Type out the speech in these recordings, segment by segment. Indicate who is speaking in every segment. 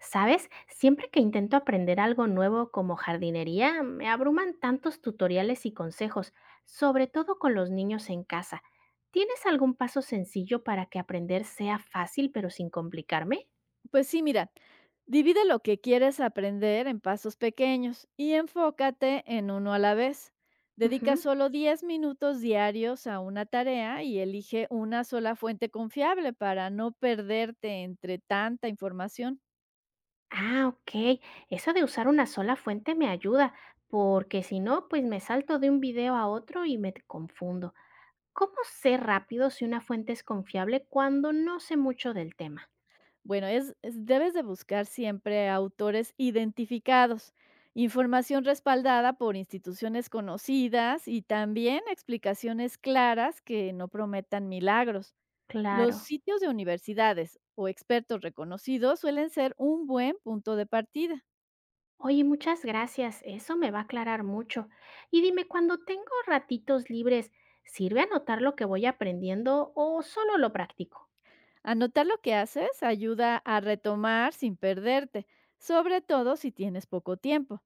Speaker 1: ¿Sabes? Siempre que intento aprender algo nuevo como jardinería, me abruman tantos tutoriales y consejos, sobre todo con los niños en casa. ¿Tienes algún paso sencillo para que aprender sea fácil pero sin complicarme?
Speaker 2: Pues sí, mira, divide lo que quieres aprender en pasos pequeños y enfócate en uno a la vez. Dedica
Speaker 1: Ujú.
Speaker 2: solo 10 minutos diarios a una tarea y elige una sola fuente confiable para no perderte entre tanta información.
Speaker 1: Ah, ok. Eso de usar una sola fuente me ayuda, porque si no, pues me salto de un video a otro y me confundo. ¿Cómo sé rápido si una fuente es confiable cuando no sé mucho del tema?
Speaker 2: Bueno, debes de buscar siempre autores identificados, información respaldada por instituciones conocidas y también explicaciones claras que no prometan milagros. Los
Speaker 1: Claro.
Speaker 2: sitios de universidades o expertos reconocidos suelen ser un buen punto de partida.
Speaker 1: Oye, muchas gracias, eso me va a aclarar mucho. Y dime, cuando tengo ratitos libres, ¿sirve anotar lo que voy aprendiendo o solo lo practico?
Speaker 2: Anotar lo que haces ayuda a retomar sin perderte, sobre todo si tienes poco tiempo.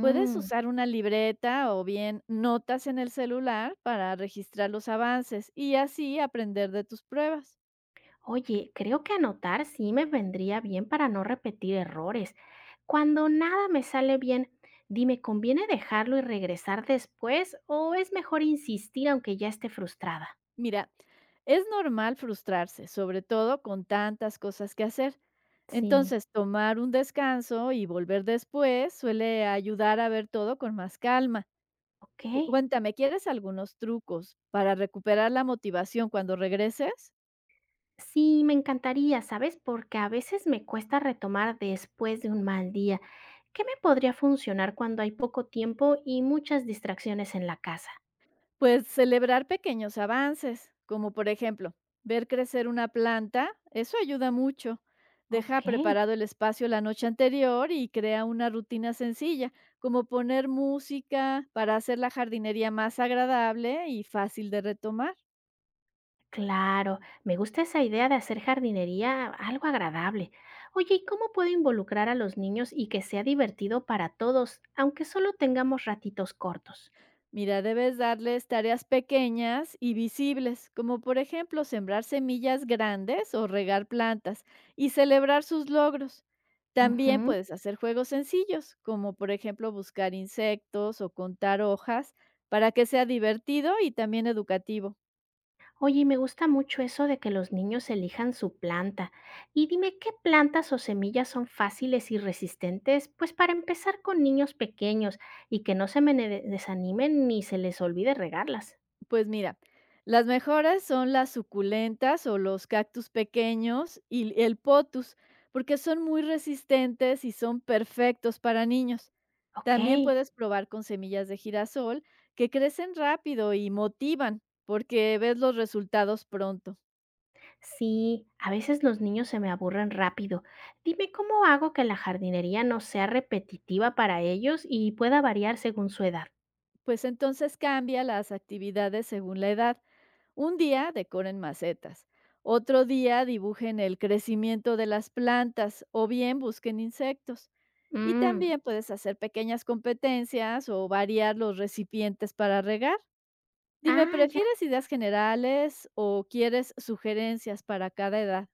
Speaker 2: Puedes usar una libreta o bien notas en el celular para registrar los avances y así aprender de tus pruebas.
Speaker 1: Oye, creo que anotar sí me vendría bien para no repetir errores. Cuando nada me sale bien, dime, ¿conviene dejarlo y regresar después o es mejor insistir aunque ya esté frustrada?
Speaker 2: Mira, es normal frustrarse, sobre todo con tantas cosas que hacer.
Speaker 1: Sí,
Speaker 2: Entonces, tomar un descanso y volver después suele ayudar a ver todo con más calma.
Speaker 1: ok.
Speaker 2: Cuéntame, ¿quieres algunos trucos para recuperar la motivación cuando regreses?
Speaker 1: Sí, me encantaría, ¿sabes? Porque a veces me cuesta retomar después de un mal día. ¿Qué me podría funcionar cuando hay poco tiempo y muchas distracciones en la casa?
Speaker 2: Pues celebrar pequeños avances, como por ejemplo, ver crecer una planta, eso ayuda mucho. Deja
Speaker 1: Ok,
Speaker 2: preparado el espacio la noche anterior y crea una rutina sencilla, como poner música para hacer la jardinería más agradable y fácil de retomar.
Speaker 1: claro, me gusta esa idea de hacer jardinería algo agradable. Oye, ¿y cómo puedo involucrar a los niños y que sea divertido para todos, aunque solo tengamos ratitos cortos?
Speaker 2: Mira, debes darles tareas pequeñas y visibles, como por ejemplo sembrar semillas grandes o regar plantas y celebrar sus logros. También
Speaker 1: Ujú.
Speaker 2: puedes hacer juegos sencillos, como por ejemplo buscar insectos o contar hojas, para que sea divertido y también educativo.
Speaker 1: Oye, y me gusta mucho eso de que los niños elijan su planta. Y dime, ¿qué plantas o semillas son fáciles y resistentes? Pues para empezar con niños pequeños y que no desanimen ni se les olvide regarlas.
Speaker 2: Pues mira, las mejores son las suculentas o los cactus pequeños y el potus, porque son muy resistentes y son perfectos para niños.
Speaker 1: Ok,
Speaker 2: También puedes probar con semillas de girasol que crecen rápido y motivan porque ves los resultados pronto.
Speaker 1: sí, a veces los niños se me aburren rápido. Dime, ¿cómo hago que la jardinería no sea repetitiva para ellos y pueda variar según su edad?
Speaker 2: Pues entonces cambia las actividades según la edad. Un día decoren macetas, otro día dibujen el crecimiento de las plantas o bien busquen insectos. Y
Speaker 1: Mm.
Speaker 2: también puedes hacer pequeñas competencias o variar los recipientes para regar. Dime,
Speaker 1: Ah, ya.
Speaker 2: ¿prefieres ideas generales o quieres sugerencias para cada edad?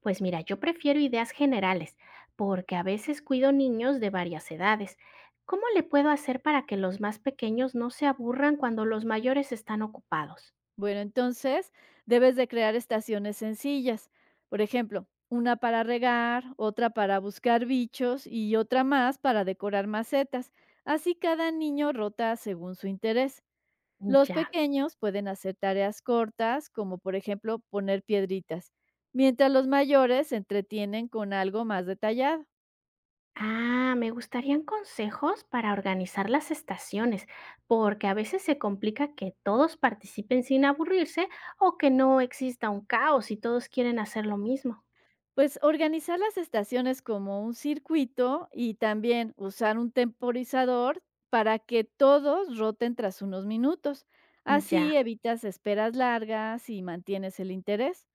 Speaker 1: Pues mira, yo prefiero ideas generales, porque a veces cuido niños de varias edades. ¿Cómo le puedo hacer para que los más pequeños no se aburran cuando los mayores están ocupados?
Speaker 2: Bueno, entonces debes de crear estaciones sencillas. Por ejemplo, una para regar, otra para buscar bichos y otra más para decorar macetas. Así cada niño rota según su interés. Los
Speaker 1: Ya.
Speaker 2: pequeños pueden hacer tareas cortas, como por ejemplo poner piedritas, mientras los mayores se entretienen con algo más detallado.
Speaker 1: Ah, me gustarían consejos para organizar las estaciones, porque a veces se complica que todos participen sin aburrirse o que no exista un caos y todos quieren hacer lo mismo.
Speaker 2: Pues organizar las estaciones como un circuito y también usar un temporizador para que todos roten tras unos minutos. Así
Speaker 1: Ya.
Speaker 2: evitas esperas largas y mantienes el interés.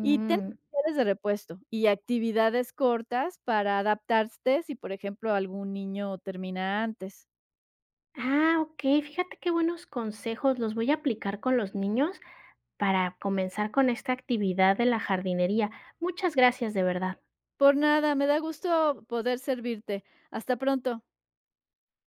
Speaker 2: Y ten actividades de repuesto y actividades cortas para adaptarte si, por ejemplo, algún niño termina antes.
Speaker 1: Ah, ok. Fíjate qué buenos consejos. Los voy a aplicar con los niños para comenzar con esta actividad de la jardinería. Muchas gracias, de verdad.
Speaker 2: Por nada, me da gusto poder servirte. Hasta pronto.